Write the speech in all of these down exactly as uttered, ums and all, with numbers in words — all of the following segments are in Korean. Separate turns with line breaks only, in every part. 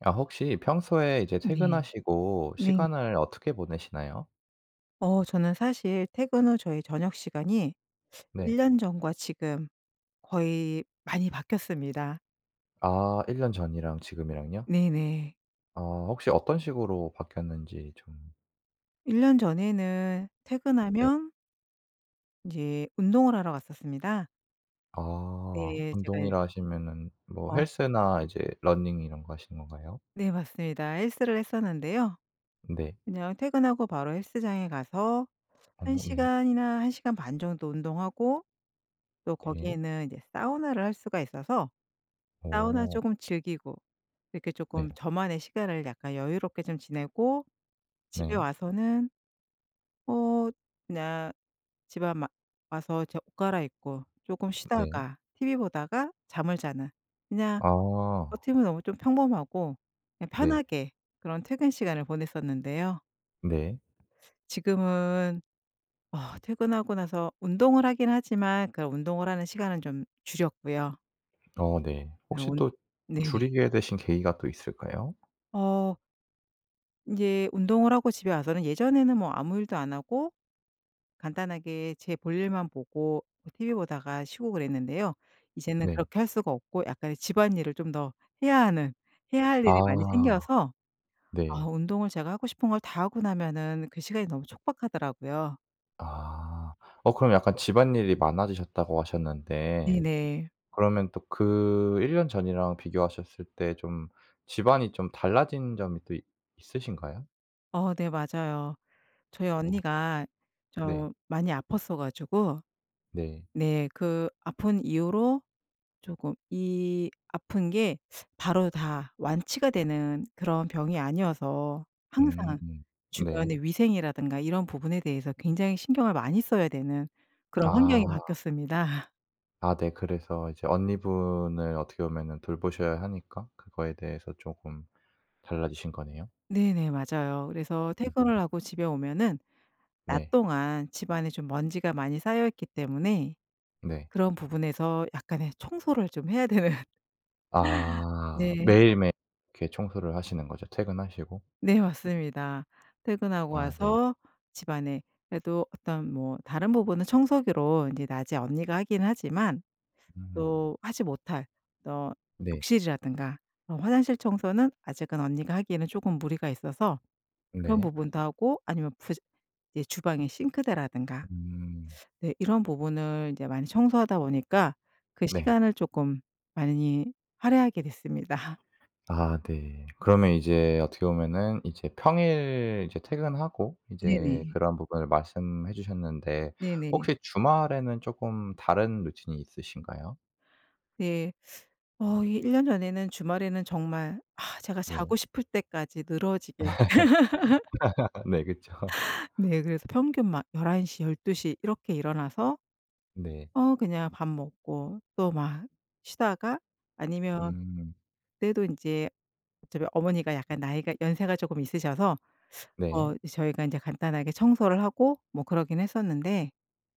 아 혹시 평소에 이제
네.
퇴근하시고
네네.
시간을 어떻게 보내시나요?
어 저는 사실 퇴근 후 저의 저녁 시간이 1
네.
년 전과 지금 거의 많이 바뀌었습니다.
아 일 년 전이랑 지금이랑요?
네네.
아 혹시 어떤 식으로 바뀌었는지 좀.
일 년 전에는
네.
퇴근하면 이제 운동을 하러 갔었습니다.
아
네. 제가
운동이라 하시면은 뭐
어
헬스나 이제 러닝 이런 거 하시는 건가요?
네 맞습니다. 헬스를 했었는데요.
네.
그냥 퇴근하고 바로 헬스장에 가서
어
한
네.
시간이나 한 시간 반 정도 운동하고, 또
네.
거기에는 이제 사우나를 할 수가 있어서 사우나
오.
조금 즐기고, 이렇게
네.
조금 저만의 시간을 약간 여유롭게 좀 지내고 집에
네.
와서는 어 그냥 집에 마 와서 제 옷 갈아입고 조금
네.
쉬다가 티비 보다가 잠을 자는, 그냥
아
어떻게 보면 너무 좀 평범하고 그냥
네.
편하게 그런 퇴근 시간을 보냈었는데요.
네.
지금은 어 퇴근하고 나서 운동을 하긴 하지만 그 운동을 하는 시간은 좀 줄였고요.
어 네.
그리고
혹시
온
또
네네.
줄이게 되신 계기가 또 있을까요?
어 이제 운동을 하고 집에 와서는 예전에는 뭐 아무 일도 안 하고 간단하게 제 볼일만 보고 t 티 보다가 쉬고 그랬는데요. 이제는
네.
그렇게 할 수가 없고 약간의 집안일을 좀 더 해야 하는 해야 할 일이 많이
아
생겨서, 아
네.
운동을 제가 하고 싶은 걸 다 하고 나면은 그 시간이 너무 촉박하더라고요.
아. 어 그럼 약간 집안일이 많아지셨다고 하셨는데
네네.
그러면 또 그 일 년 전이랑 비교하셨을 때 좀 집안이 좀 달라진 점이 또 있 있으신가요?
어 네 맞아요. 저희
어
언니가
네.
저 많이 아팠어 가지고,
네.
네 그 아픈 이후로, 조금 이 아픈 게 바로 다 완치가 되는 그런 병이 아니어서
음.
항상
네.
주변의 위생이라든가 이런 부분에 대해서 굉장히 신경을 많이 써야 되는 그런 환경이
아.
바뀌었습니다.
아 네. 그래서 이제 언니분을 어떻게 보면은 돌보셔야 하니까 그거에 대해서 쪼금 달라지신 거네요.
네네. 맞아요. 그래서
음.
퇴근을 하고 집에 오면은 낮
네.
동안 집안에 좀 먼지가 많이 쌓여 있기 때문에
네.
그런 부분에서 약간의 청소를 좀 해야 되는.
아.
네.
매일매일 이렇게 청소를 하시는 거죠 퇴근하시고?
네 맞습니다. 퇴근하고
아 네.
와서 집안에, 그래도 어떤 뭐 다른 부분은 청소기로 인제 낮에 언니가 하긴 하지만
음.
또 하지 못할, 또
네.
욕실이라든가 어 화장실 청소는 아직은 언니가 하기에는 쪼금 무리가 있어서 그런
네.
부분도 하고, 아니면 부즈 이제 주방의 싱크대라든가
음.
네, 이런 부분을 이제 많이 청소하다 보니까 그
네.
시간을 쪼끔 많이 할애하게 됐습니다.
아 네. 그러면 이제 어떻게 보면은 이제 평일 이제 퇴근하고 이제
네네.
그런 부분을 말씀해 주셨는데
네네.
혹시 주말에는 쪼끔 다른 루틴이 있으신가요?
네. 어 이 일 년 전에는 주말에는 정말, 아 제가
네.
자고 싶을 때까지 늘어지게.
아 네 그쵸.
네 그래서 평균 막 열한 한 시 열한 열두 이렇게 일어나서
네.
어 그냥 밥 먹고 또 막 쉬다가, 아니면
음.
그때도 이제 어차피 어머니가 약간 나이가 연세가 조금 있으셔서
네.
어 저희가 이제 간단하게 청소를 하고 뭐 그러긴 했었는데,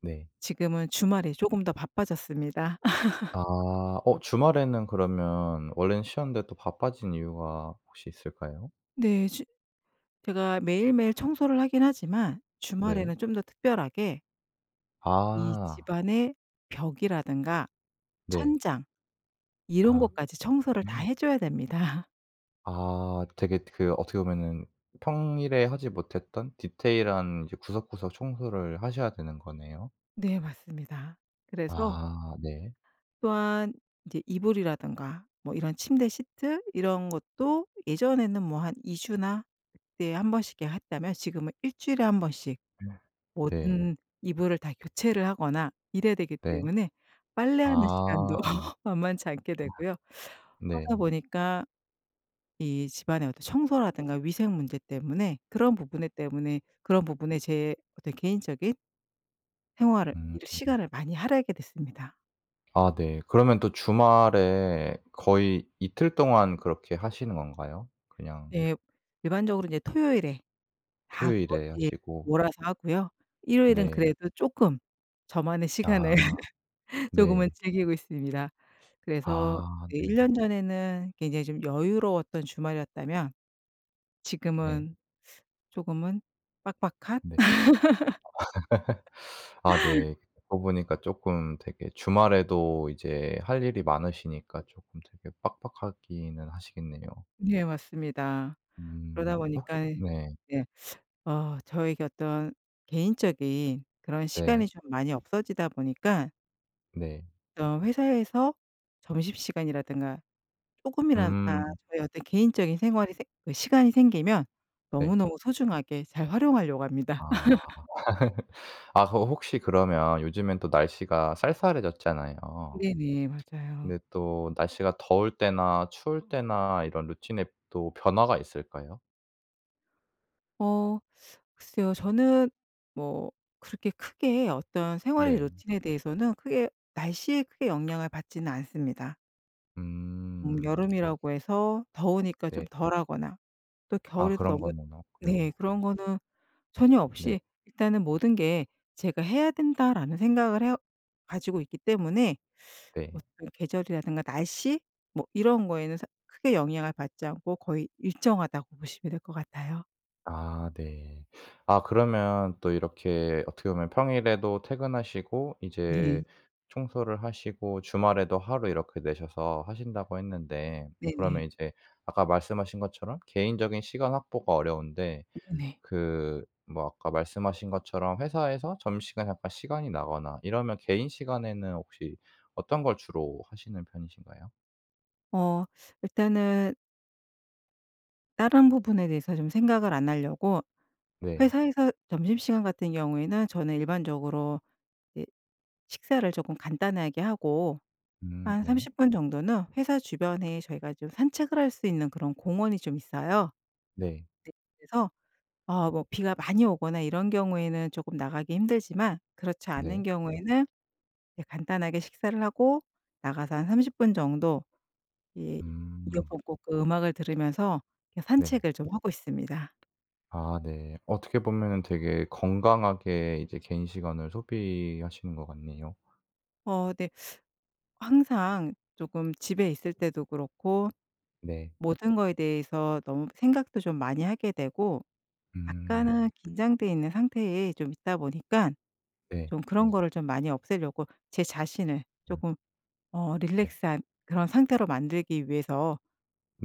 네.
지금은 주말에 조금 더 바빠졌습니다.
아. 어 주말에는 그러면 원래는 쉬었는데 또 바빠진 이유가 혹시 있을까요?
네. 주 제가 매일매일 청소를 하긴 하지만
네.
주말에는 좀 더 특별하게 이
아.
집안의 벽이라든가
네.
천장, 이런
아.
것까지 청소를 다 해 줘야 됩니다.
아 되게 그 어떻게 보면은 평일에 하지 못했던 디테일한 이제 구석구석 청소를 하셔야 되는 거네요.
네 맞습니다. 그래서
아 네.
또한 이제 이불이라든가 뭐 이런 침대 시트 이런 것도 예전에는 뭐 한 이 주나 그때 한 번씩 이렇게 했다면 지금은 일 주일에 한 번씩
네.
모든 이불을 다 교체를 하거나 이래야 되기
네.
때문에 빨래하는 시간도
아
만만치 않게 되고요.
네.
하다 보니까 이 집안의 어떤 청소라든가 위생 문제 때문에 그런 부분에 때문에 그런 부분에 제 어떤 개인적인 생활을,
음.
일 시간을 많이 할애하게 됐습니다.
아 네. 그러면 또 주말에 거의 이틀 동안 그렇게 하시는 건가요? 그냥
예. 일반적으로 인제 토요일에 다 거
토요일에
예
하시고.
몰아서 하고요. 일요일은
네.
그래도 쪼끔 저만의 시간을
아
조금은
네.
즐기고 있습니다. 그래서
아
네,
네.
일 년 전에는 굉장히 좀 여유로웠던 주말이었다면
네.
지금은 조금은 빡빡한.
네. 아 네. 듣고 보니까 쪼끔 되게 주말에도 이제 할 일이 많으시니까 쪼끔 되게 빡빡하기는 하시겠네요.
네 맞습니다. 그러다
음 혹시
보니까
네.
네. 어 저에게 어떤 개인적인 그런 시간이
네.
좀 음. 많이 없어지다 보니까
네.
어떤 회사에서 점심시간이라든가 조금이나
음
마 저의 어떤 개인적인 생활이 생 그 시간이 생기면
네.
너무너무 소중하게 잘 활용하려고 합니다.
아. 아 그 혹시 그러면 요즘엔 또 날씨가 쌀쌀해졌잖아요.
네네. 맞아요.
근데 또 날씨가 더울 때나 추울 때나 이런 루틴에 또 변화가 있을까요?
어 글쎄요. 저는 뭐 그렇게 크게 어떤 생활의
네.
루틴에 대해서는 크게 날씨에 크게 영향을 받지는 않습니다. 음
음.
여름이라고 해서 더우니까 좀
네.
덜하거나 또
아
겨울에도
그런
너무,
거는
네
없고요.
그런 거는 전혀
네.
없이 일단은 모든 게 '제가 해야 된다.'라는 생각을 해 가지고 있기 때문에
네.
어떤 계절이라든가 날씨 뭐 이런 거에는 사 크게 영향을 받지 않고 거의 일정하다고 보시면 될 것 같아요.
아 네. 아 그러면 또 이렇게 어떻게 보면 평일에도 퇴근하시고
네.
이제 청소를 하시고 주말에도 하루 이렇게 내셔서 하신다고 했는데
네네.
그러면 이제 아까 말씀하신 것처럼 개인적인 시간 확보가 어려운데
네네.
그 뭐 아까 말씀하신 것처럼 회사에서 점심시간에 약간 시간이 나거나 이러면 개인 시간에는 혹시 어떤 걸 주로 하시는 편이신가요?
어 일단은 다른 부분에 대해서 좀 생각을 안 하려고,
네.
회사에서 점심시간 같은 경우에는 저는 일반적으로 이제 식사를 조금 간단하게 하고
음
한
네.
삼십 분 정도는 회사 주변에 저희가 좀 산책을 할 수 있는 그런 공원이 좀 있어요.
네.
네. 그래서 어 뭐 비가 많이 오거나 이런 경우에는 조금 나가기 힘들지만, 그렇지 않은
네.
경우에는 이제 간단하게 식사를 하고 나가서 한 삼십 분 정도 이
음.
이어폰 꽂고 음악을 들으면서 이렇게
네.
산책을 좀 하고 있습니다.
아 네. 어떻게 보면은 되게 건강하게 이제 개인 시간을 소비하시는 것 같네요.
어 네. 항상 조금 집에 있을 때도 그렇고
네.
모든 거에 대해서 너무 생각도 좀 많이 하게 되고
음
약간은 긴장돼 있는 상태에 좀 있다 보니까
네.
좀 그런 거를 좀 많이 없애려고 제 자신을
음
조금 어
네.
릴렉스한 그런 상태로 만들기 위해서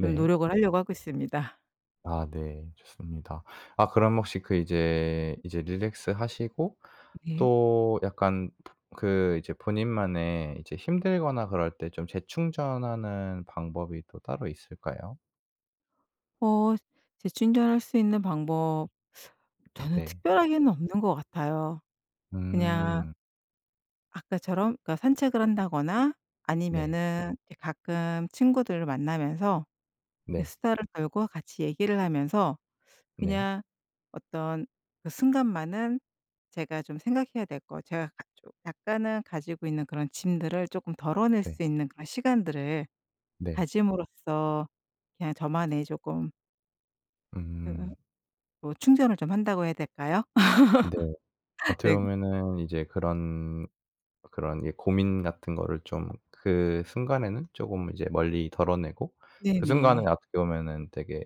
좀 노력을 하려고 하고 있습니다.
아 네. 좋습니다. 아 그럼 혹시 그 이제 이제 릴렉스 하시고
네.
또 약간 그 이제 본인만의 이제 힘들거나 그럴 때 좀 재충전하는 방법이 또 따로 있을까요?
어 재충전할 수 있는 방법, 저는
네.
특별하게는 없는 것 같아요. 그냥
음.
아까처럼 그러니까 산책을 한다거나
네.
아니면은 이제 가끔 친구들을 만나면서 이
네.
수다를 떨고 같이 얘기를 하면서,
네.
그냥 어떤 그 순간만은 제가 좀 생각해야 될 거, 제가 가 좀 약간은 가지고 있는 그런 짐들을 조금 덜어낼
네.
수 있는 그런 시간들을
네.
가짐으로써 그냥 저만의 조금 어,
음.
뭐 충전을 좀 한다고 해야 될까요?
네. 어떻게
네.
보면은 이제 그런 그런 이 고민 같은 거를 좀 그 순간에는 쪼금 이제 멀리 덜어내고 그 순간에
네네.
어떻게 보면은 되게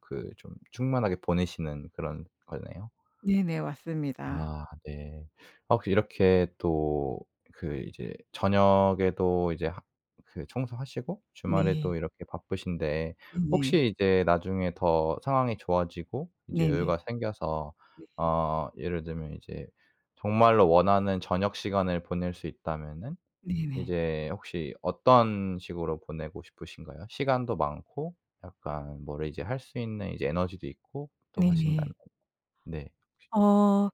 그 좀 충만하게 보내시는 그런 거네요.
네네. 맞습니다.
아 네. 아 혹시 이렇게 또 그 이제 저녁에도 이제 하 그 청소하시고
네.
주말에도 이렇게 바쁘신데
네네.
혹시 이제 나중에 더 상황이 좋아지고 이제
네네.
여유가 생겨서
네.
어 예를 들면 이제 정말로 원하는 저녁 시간을 보낼 수 있다면은
네네.
이제 혹시 어떤 식으로 보내고 싶으신가요? 시간도 많고 약간 뭐를 이제 할 수 있는 이제 에너지도 있고 또 하신다면.
네.
네.
어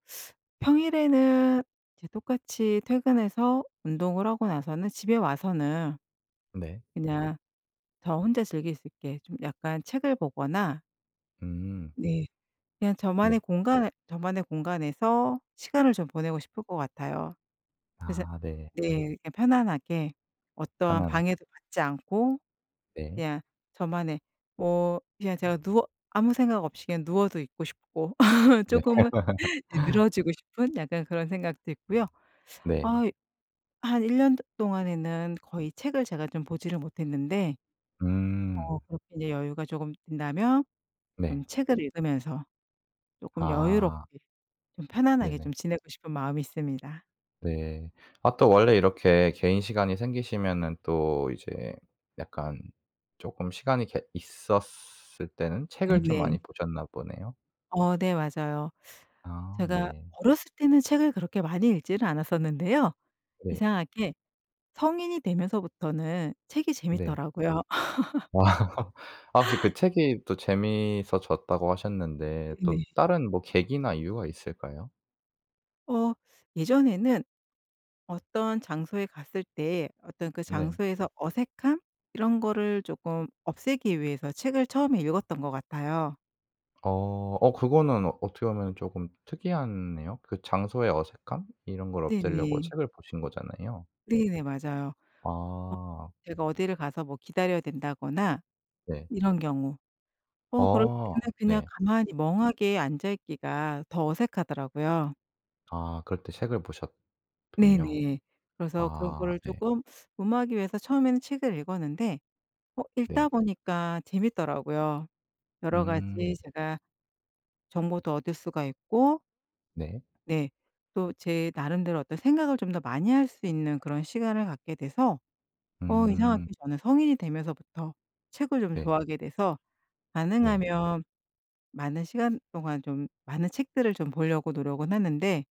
평일에는 이제 똑같이 퇴근해서 운동을 하고 나서는 집에 와서는
네.
그냥 저 혼자 즐길 수 있게 좀 약간 책을 보거나
음.
네, 그냥 저만의
네.
공간, 저만의 공간에서 시간을 좀 보내고 싶을 것 같아요. 그래서
아 네.
네, 그냥 편안하게 어떠한
편안하게.
방해도 받지 않고
네.
그냥 저만의, 뭐 그냥 제가 누워 아무 생각 없이 그냥 누워도 있고 싶고 조
네.
금은
네.
이 늘어지고 싶은 약간 그런 생각도 있고요. 아, 한 일 년 동안에는 거의 책을 제가 좀 보지를 못했는데
음.
어 그렇게 이제 여유가 조금 된다면 좀
네.
책을 읽으면서 쪼끔
아.
여유롭게 좀 편안하게
네네.
좀 지내고 싶은 마음이 있습니다.
네. 아 또 원래 이렇게 개인 시간이 생기시면은 또 이제 약간 쪼끔 시간이 게 있었을 때는 책을 좀
네네.
많이 보셨나 보네요.
어 네 맞아요.
아
제가
네.
어렸을 때는 책을 그렇게 많이 읽지를 않았었는데요.
네.
이상하게 성인이 되면서부터는 책이
네.
재밌더라고요.
아. 아 혹시 그 책이 또 재미있어졌다고 하셨는데 또
네네.
다른 뭐 계기나 이유가 있을까요?
어 예전에는 어떤 장소에 갔을 때 어떤 그
네.
장소에서 어색함, 이런 거를 쪼끔 없애기 위해서 책을 처음에 읽었던 것 같아요.
어. 어 그거는 어- 어떻게 보면 조금 특이하네요. 그 장소의 어색함 이런 걸 없애려고
네네.
책을 보신 거잖아요.
네네 맞아요.
아
제가 어디를 가서 뭐 기다려야 된다거나
네.
이런 경우. 어 그럴
아
때는 그냥
네.
가만히 멍하게 앉아 있기가 더 어색하더라고요.
아 그럴 때 책을 보셨군요. 음.
네네. 그래서 그런
아
거를
네.
쪼끔 무마하기 위해서 처음에는 책을 읽었는데 어
네.
읽다 보니까 재밌더라고요. 여러 가지
음.
제가 정보도 얻을 수가 있고,
네.
네 또 제 나름대로 어떤 생각을 좀 더 많이 할 수 있는 그런 시간을 갖게 돼서 어 이상하게
음.
저는 성인이 되면서부터 책을 좀
네.
좋아하게 돼서 음.
네.
가능하면 많은 시간 동안 좀 많은 책들을 좀 보려고 노력은 하는데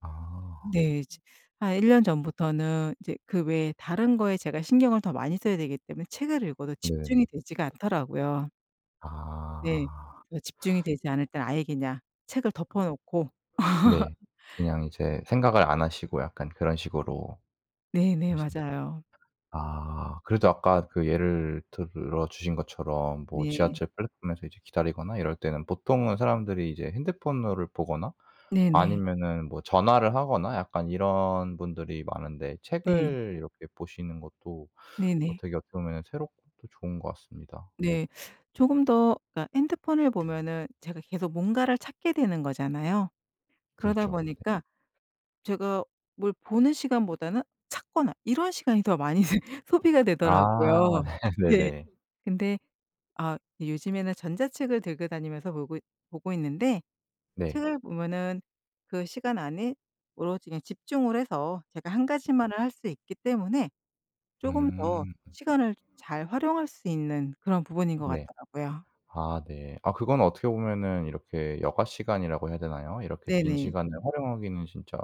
아.
네. 지- 한일 년 전부터는 이제 그 외에 다른 거에 제가 신경을 더 많이 써야 되기 때문에 책을 읽어도
네
집중이
네
되지가 않더라고요. 네.
아.
그래서 집중이 되지 않을 땐 아예 그냥 책을 덮어 놓고
네. 그냥 이제 생각을 안 하시고 약간 그런 식으로
네네.
하시
맞아요.
아. 그래도 아까 그 예를 들어 주신 것처럼 뭐
네.
지하철 플랫폼에서 이제 기다리거나 이럴 때는 보통은 사람들이 이제 핸드폰을 보거나
네네.
아니면은 뭐 전화를 하거나 약간 이런 분들이 많은데
네.
책을 이렇게 보시는 것도 어
네네.
되게 어떻게 보면은 새롭고 또 좋은 것 같습니다.
네. 조금 더, 그러니까 핸드폰을 보면은 제가 계속 뭔가를 찾게 되는 거잖아요. 그러다
그렇죠. 네.
보니까 제가 뭘 보는 시간보다는 찾거나 이런 시간이 더 많이 소비가 되더라고요.
아.
네.
네네네.
근데 아, 요즘에는 전자책을 들고 다니면서 보고 보고 있는데
네.
책을 보면은 그 시간 안에 오로지 그냥 집중을 해서 제가 한 가지만을 할 수 있기 때문에 조금 더
음.
시간을 잘 활용할 수 있는 그런 부분인 것
네.
같더라고요.
아 네. 아 그건 어떻게 보면은 이렇게 여가 시간이라고 해야 되나요? 이렇게 빈
네네.
시간을 활용하기는 진짜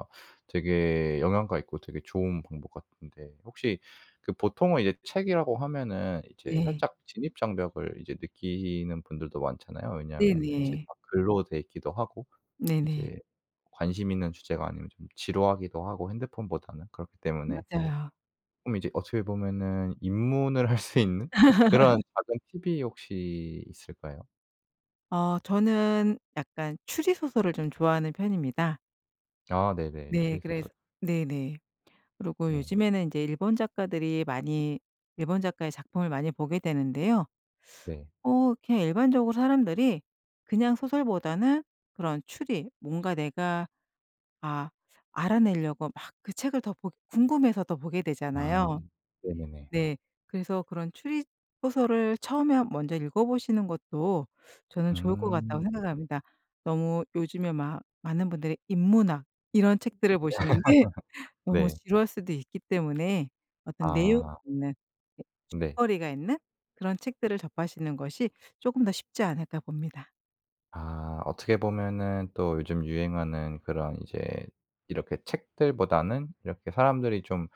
되게 영향가 있고 되게 좋은 방법 같은데 혹시 그 보통은 이제 책이라고 하면은 이제
네.
살짝 진입 장벽을 이제 느끼는 분들도 많잖아요. 왜냐하면은 이제
네네.
다 글로 돼 있기도 하고
네네.
이제 관심 있는 주제가 아니면 좀 지루하기도 하고 핸드폰보다는. 그렇기 때문에
맞아요.
좀 이제 어떻게 보면은 입문을 할 수 있는 그런 작은 팁이 혹시 있을까요?
어 저는 약간 추리 소설을 좀 좋아하는 편입니다.
아 네네.
네 그래서
추리소설.
네네. 그리고
네.
요즘에는 이제 일본 작가들이 많이 일본 작가의 작품을 많이 보게 되는데요.
네.
어 그냥 일반적으로 사람들이 그냥 소설보다는 그런 추리, 뭔가 내가 아 알아내려고 막 그 책을 더 보 궁금해서 더 보게
아
되잖아요.
네네네.
네. 그래서 그런 추리 소설을 처음에 한 먼저 읽어 보시는 것도 저는 좋을 것 같다고
음.
생각합니다. 너무 요즘에 막 많은 분들이 인문학 이런 책들을 보시는데 너무
네.
지루할 수도 있기 때문에 어떤 내용이
아
있는, 예
네.
거리가 있는 그런 책들을 접하시는 것이 조금 더 쉽지 않을까 봅니다.
아 어떻게 보면은 또 요즘 유행하는 그런 이제 이렇게 책들보다는 이렇게 사람들이 좀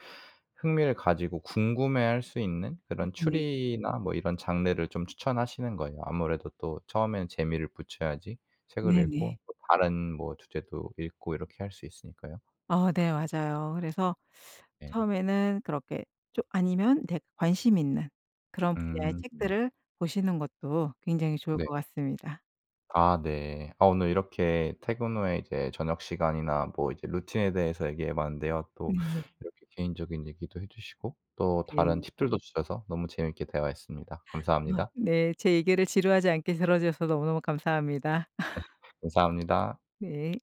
흥미를 가지고 궁금해할 수 있는 그런
네네.
추리나 뭐 이런 장르를 좀 추천하시는 거예요. 아무래도 또 처음에는 재미를 붙여야지 책을
네네.
읽고 또 다른 뭐 주제도 읽고 이렇게 할 수 있으니까요.
어 네 맞아요. 그래서
네.
처음에는 그렇게 좀, 아니면 내가 관심 있는 그런 분야의
음.
책들을 보시는 것도 굉장히 좋을
네.
것 같습니다.
아 네. 아 오늘 이렇게 퇴근 후에 이제 저녁 시간이나 뭐 이제 루틴에 대해서 얘기해 봤는데요. 또
네네.
이렇게 개인적인 얘기도 해 주시고 또 다른
네.
팁들도 주셔서 너무 재미있게 대화했습니다.
아
감사합니다.
네. 제 얘기를 지루하지 않게 들어 주셔서 너무너무 감사합니다.
감사합니다.
네.